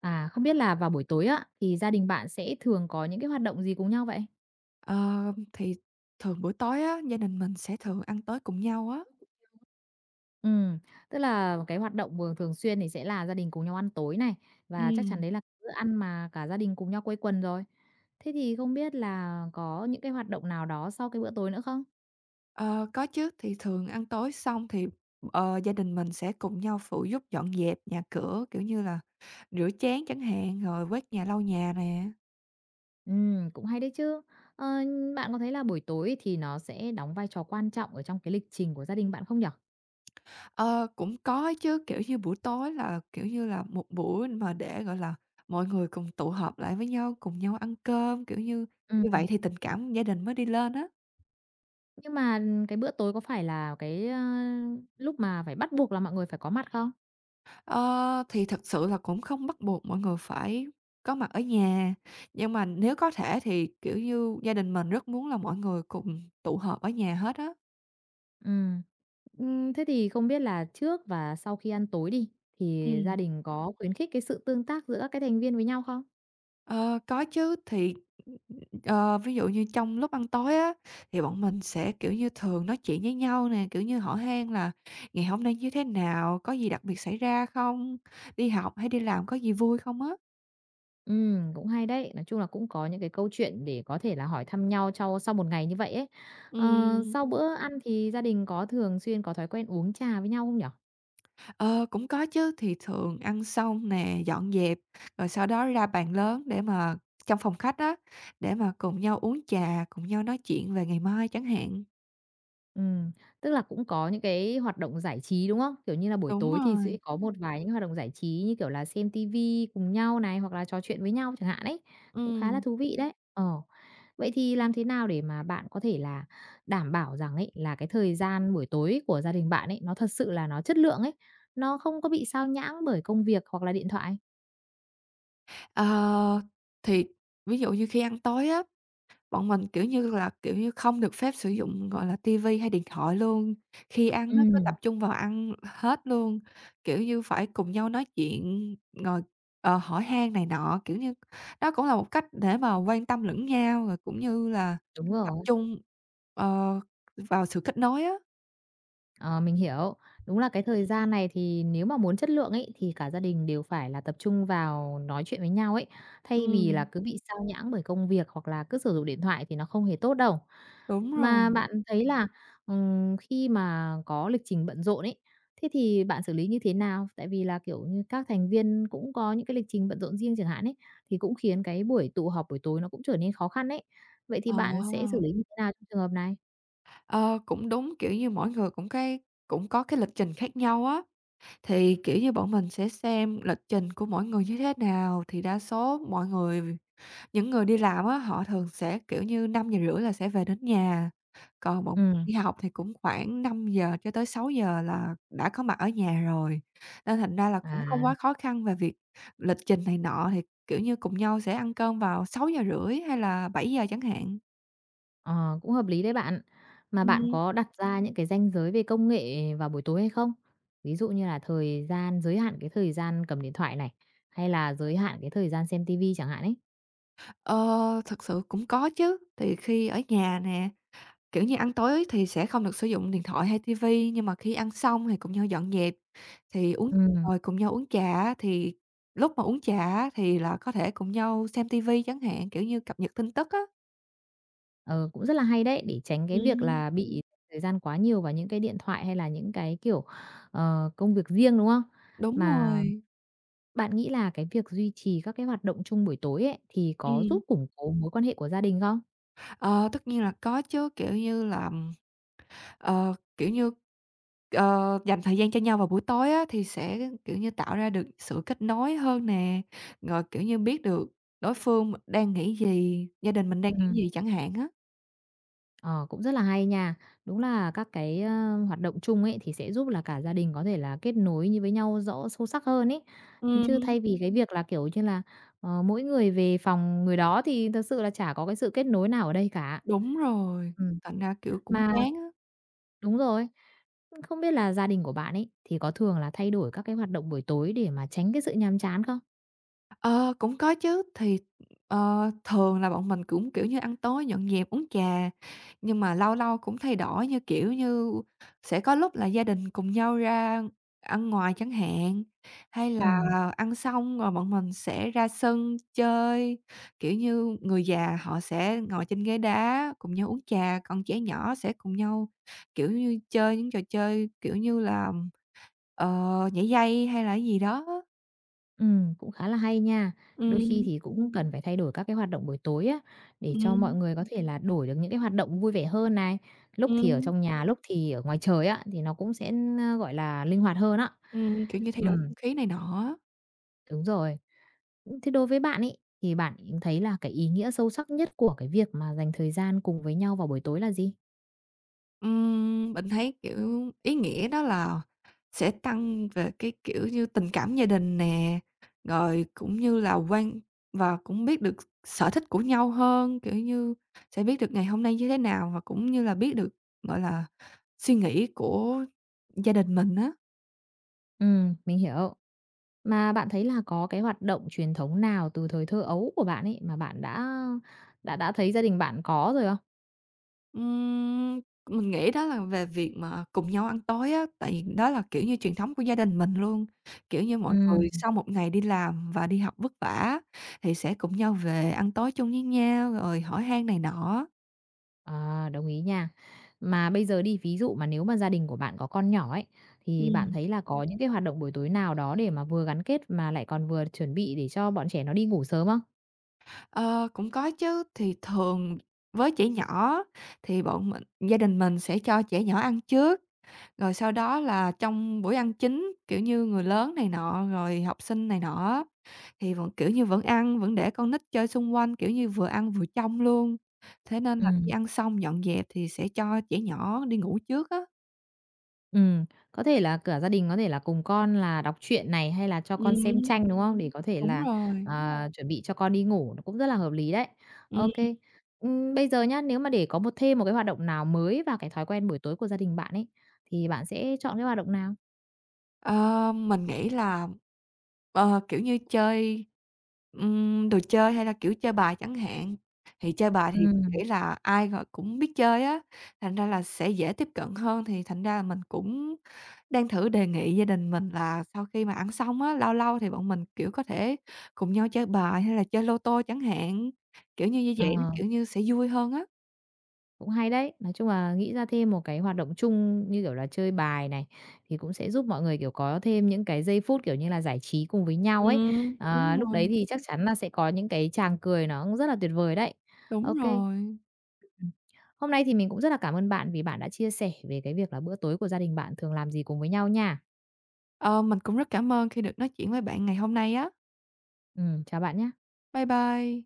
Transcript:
À, không biết là vào buổi tối á, thì gia đình bạn sẽ thường có những cái hoạt động gì cùng nhau vậy? Ờ, thì thường buổi tối á, gia đình mình sẽ thường ăn tối cùng nhau á. Ừm, tức là cái hoạt động vừa thường xuyên thì sẽ là gia đình cùng nhau ăn tối này, và chắc chắn Ừm. đấy là bữa ăn mà cả gia đình cùng nhau quây quần rồi. Thế thì không biết là có những cái hoạt động nào đó sau cái bữa tối nữa không? Ờ, có chứ, thì thường ăn tối xong thì, gia đình mình sẽ cùng nhau phụ giúp dọn dẹp nhà cửa, kiểu như là, rửa chén chẳng hạn, rồi quét nhà, lau nhà nè. Cũng hay đấy chứ. Ờ, bạn có thấy là buổi tối thì nó sẽ đóng vai trò quan trọng ở trong cái lịch trình của gia đình bạn không nhỉ? Ờ, cũng có chứ, kiểu như, buổi tối là, kiểu như là, một buổi mà để, gọi là, mọi người cùng tụ họp lại với nhau, cùng nhau ăn cơm, kiểu như như Ừ, vậy thì tình cảm gia đình mới đi lên á. nhưng mà cái bữa tối có phải là cái, lúc mà phải bắt buộc là mọi người phải có mặt không? Ờ, thì thật sự là cũng không bắt buộc mọi người phải có mặt ở nhà, nhưng mà nếu có thể thì, kiểu như, gia đình mình rất muốn là mọi người cùng tụ họp ở nhà hết á. Ừ, thế thì không biết là trước và sau khi ăn tối đi, thì Ừm. gia đình có khuyến khích cái sự tương tác giữa các cái thành viên với nhau không? Ờ, có chứ, thì, ví dụ như trong lúc ăn tối á, thì bọn mình sẽ, kiểu như, thường nói chuyện với nhau nè, kiểu như, hỏi han là "Ngày hôm nay như thế nào? Có gì đặc biệt xảy ra không? Đi học hay đi làm có gì vui không?" á. Ừ, cũng hay đấy, nói chung là cũng có những cái câu chuyện để có thể là hỏi thăm nhau trau sau một ngày như vậy ấy. Ờ, Ừm. sau bữa ăn thì gia đình có thường xuyên có thói quen uống trà với nhau không nhở? Ờ, cũng có chứ, thì thường ăn xong nè, dọn dẹp, rồi sau đó ra bàn lớn để mà trong phòng khách á, để mà cùng nhau uống trà, cùng nhau nói chuyện về ngày mai chẳng hạn. Ừ, tức là cũng có những cái hoạt động giải trí, đúng không? Kiểu như là, buổi Đúng tối thì rồi, sẽ có một vài những hoạt động giải trí như kiểu là xem ti cùng nhau này, hoặc là trò chuyện với nhau chẳng hạn ấy, cũng khá là ừm. thú vị đấy. Ờ. Vậy thì làm thế nào để mà bạn có thể là đảm bảo rằng ấy, là cái thời gian buổi tối của gia đình bạn ấy, nó thật sự là nó chất lượng ấy, nó không có bị sao nhãng bởi công việc hoặc là điện thoại? Ờ, thì ví dụ như khi ăn tối á. Bọn mình, kiểu như là, kiểu như, không được phép sử dụng, gọi là, ti vi hay điện thoại luôn, khi ăn á cứ Ừm, tập trung vào ăn hết luôn, kiểu như, phải cùng nhau nói chuyện ngồi hỏi han này nọ, kiểu như, đó cũng là một cách để mà quan tâm lẫn nhau, rồi cũng như là đúng tập rồi. trung, ờ, vào sự kết nối á. Ờ, mình hiểu. Đúng là cái thời gian này thì nếu mà muốn chất lượng ấy, thì cả gia đình đều phải là tập trung vào nói chuyện với nhau ấy, thay vì là Ừm, cứ bị sao nhãng bởi công việc hoặc là cứ sử dụng điện thoại thì nó không hề tốt đâu. đúng rồi. Mà bạn thấy là, khi mà có lịch trình bận rộn ấy, thế thì bạn xử lý như thế nào? Tại vì là, kiểu như, các thành viên cũng có những cái lịch trình bận rộn riêng chẳng hạn ấy, thì cũng khiến cái buổi tụ họp buổi tối nó cũng trở nên khó khăn ấy. Vậy thì Ờ, bạn sẽ xử lý như thế nào trong trường hợp này? ờ, cũng đúng, kiểu như, mỗi người cũng có cái lịch trình khác nhau á. Thì, kiểu như, bọn mình sẽ xem lịch trình của mỗi người như thế nào, thì đa số mọi người những người đi làm á, họ thường sẽ, kiểu như, 5:30 là sẽ về đến nhà, còn bọn Ừm, đi học thì cũng khoảng 5 giờ cho tới 6 giờ là đã có mặt ở nhà rồi. Nên thành ra là cũng không quá à. khó khăn về việc lịch trình này nọ, thì, kiểu như, cùng nhau sẽ ăn cơm vào 6:30 hay là 7 giờ chẳng hạn. Ờ, cũng hợp lý đấy bạn. Mà bạn Ừm, có đặt ra những cái ranh giới về công nghệ vào buổi tối hay không? Ví dụ như là thời gian giới hạn cái thời gian cầm điện thoại này, hay là giới hạn cái thời gian xem tivi chẳng hạn ấy. ờ, thực sự cũng có chứ, thì khi ở nhà nè, kiểu như, ăn tối thì sẽ không được sử dụng điện thoại hay ti vi, nhưng mà khi ăn xong thì cùng nhau dọn dẹp, thì uống Ừm, rồi cùng nhau uống trà á, thì lúc mà uống trà á, thì là có thể cùng nhau xem ti vi chẳng hạn, kiểu như, cập nhật tin tức á. ờ, cũng rất là hay đấy, để tránh cái việc Ừm. là bị thời gian quá nhiều vào những cái điện thoại hay là những cái, kiểu, ờ, công việc riêng, đúng không? Đúng Mà rồi, bạn nghĩ là cái việc duy trì các cái hoạt động chung buổi tối ấy, thì có ừm. giúp củng cố mối quan hệ của gia đình không? Ờ, tất nhiên là có chứ, kiểu như là, ờ, kiểu như, dành thời gian cho nhau vào buổi tối á, thì sẽ, kiểu như, tạo ra được sự kết nối hơn nè, rồi, kiểu như, biết được đối phương đang nghĩ gì, gia đình mình đang Ừm. nghĩ gì chẳng hạn á. Ờ, cũng rất là hay nha. Đúng là các cái, hoạt động chung ấy, thì sẽ giúp là cả gia đình có thể là kết nối như với nhau rõ sâu sắc hơn ấy. Chứ Ừm, thay vì cái việc là, kiểu như là, ờ, mỗi người về phòng người đó thì thật sự là chả có cái sự kết nối nào ở đây cả. đúng rồi, Ừm, thành ra, kiểu, cũng mà chán á. đúng rồi. Không biết là gia đình của bạn ấy, thì có thường là thay đổi các cái hoạt động buổi tối để mà tránh cái sự nhàm chán không? Ờ, cũng có chứ, thì, thường là bọn mình cũng, kiểu như, ăn tối nhậu nhẹt, uống trà, nhưng mà lâu lâu cũng thay đổi, như kiểu như, sẽ có lúc là gia đình cùng nhau ra ăn ngoài chẳng hạn, hay là Ừm. ăn xong rồi bọn mình sẽ ra sân chơi. Kiểu như, người già họ sẽ ngồi trên ghế đá cùng nhau uống trà, còn trẻ nhỏ sẽ cùng nhau, kiểu như, chơi những trò chơi, kiểu như là, ờ, nhảy dây hay là cái gì đó. Cũng khá là hay nha. Đôi khi Ừm, thì cũng cần phải thay đổi các cái hoạt động buổi tối á, để cho mọi ừm. người có thể là đổi được những cái hoạt động vui vẻ hơn này. Lúc thì ở Ừm, trong nhà, lúc thì ở ngoài trời á, thì nó cũng sẽ, gọi là, linh hoạt hơn á. Kiểu như, thay đổi Ừ, không khí này nọ á. đúng rồi. Thế đối với bạn ấy, thì bạn thấy là cái ý nghĩa sâu sắc nhất của cái việc mà dành thời gian cùng với nhau vào buổi tối là gì? Mình thấy, kiểu, ý nghĩa đó là sẽ tăng về cái, kiểu như, tình cảm gia đình nè, rồi cũng như là và cũng biết được sở thích của nhau hơn, kiểu như, sẽ biết được ngày hôm nay như thế nào và cũng như là biết được, gọi là, suy nghĩ của gia đình mình á. Ừ, mình hiểu. Mà bạn thấy là có cái hoạt động truyền thống nào từ thời thơ ấu của bạn ấy, mà bạn đã thấy gia đình bạn có rồi không? Ừm, mình nghĩ đó là về việc mà cùng nhau ăn tối á, tại vì đó là, kiểu như, truyền thống của gia đình mình luôn. Kiểu như, mọi người Ừ. sau một ngày đi làm và đi học vất vả thì sẽ cùng nhau về ăn tối chung với nhau, rồi hỏi han này nọ. À, đồng ý nha. Mà bây giờ đi, ví dụ mà nếu mà gia đình của bạn có con nhỏ ấy, thì bạn Ừm. thấy là có những cái hoạt động buổi tối nào đó để mà vừa gắn kết mà lại còn vừa chuẩn bị để cho bọn trẻ nó đi ngủ sớm không? Ờ, cũng có chứ, thì thường với trẻ nhỏ thì bọn mình gia đình mình sẽ cho trẻ nhỏ ăn trước. Rồi sau đó là trong bữa ăn chính, kiểu như, người lớn này nọ, rồi học sinh này nọ á, thì vẫn, kiểu như, vẫn ăn, vẫn để con nít chơi xung quanh, kiểu như, vừa ăn vừa trông luôn. Thế nên Ừ, là khi ăn xong dọn dẹp thì sẽ cho trẻ nhỏ đi ngủ trước á. ừm, có thể là cả gia đình có thể là cùng con là đọc truyện này, hay là cho con xem Ừm, tranh, đúng không? Để có thể đúng là, rồi. à, chuẩn bị cho con đi ngủ, nó cũng rất là hợp lý đấy. Ok. Kê. Bây giờ nhá, nếu mà để có thêm một cái hoạt động nào mới vào cái thói quen buổi tối của gia đình bạn ấy, thì bạn sẽ chọn cái hoạt động nào? Ờ, mình nghĩ là, kiểu như, chơi, đồ chơi hay là, kiểu, chơi bài chẳng hạn, thì chơi bài thì mình Ừm, nghĩ là ai rồi cũng biết chơi á, thành ra là sẽ dễ tiếp cận hơn. Thì thành ra là mình cũng đang thử đề nghị gia đình mình là sau khi mà ăn xong á, lâu lâu thì bọn mình, kiểu, có thể cùng nhau chơi bài hay là chơi lô tô chẳng hạn, kiểu như như vậy nó, ờ. kiểu như, sẽ vui hơn á. Cũng hay đấy, nói chung là nghĩ ra thêm một cái hoạt động chung như kiểu là chơi bài này, thì cũng sẽ giúp mọi người, kiểu, có thêm những cái giây phút, kiểu như là, giải trí cùng với nhau ấy. Đúng Ờ, lúc đấy rồi, thì chắc chắn là sẽ có những cái tràng cười nó cũng rất là tuyệt vời đấy. đúng Ok kê. rồi. Hôm nay thì mình cũng rất là cảm ơn bạn vì bạn đã chia sẻ về cái việc là bữa tối của gia đình bạn thường làm gì cùng với nhau nha. Ờ, mình cũng rất cảm ơn khi được nói chuyện với bạn ngày hôm nay á. Chào bạn nhé Bye bye.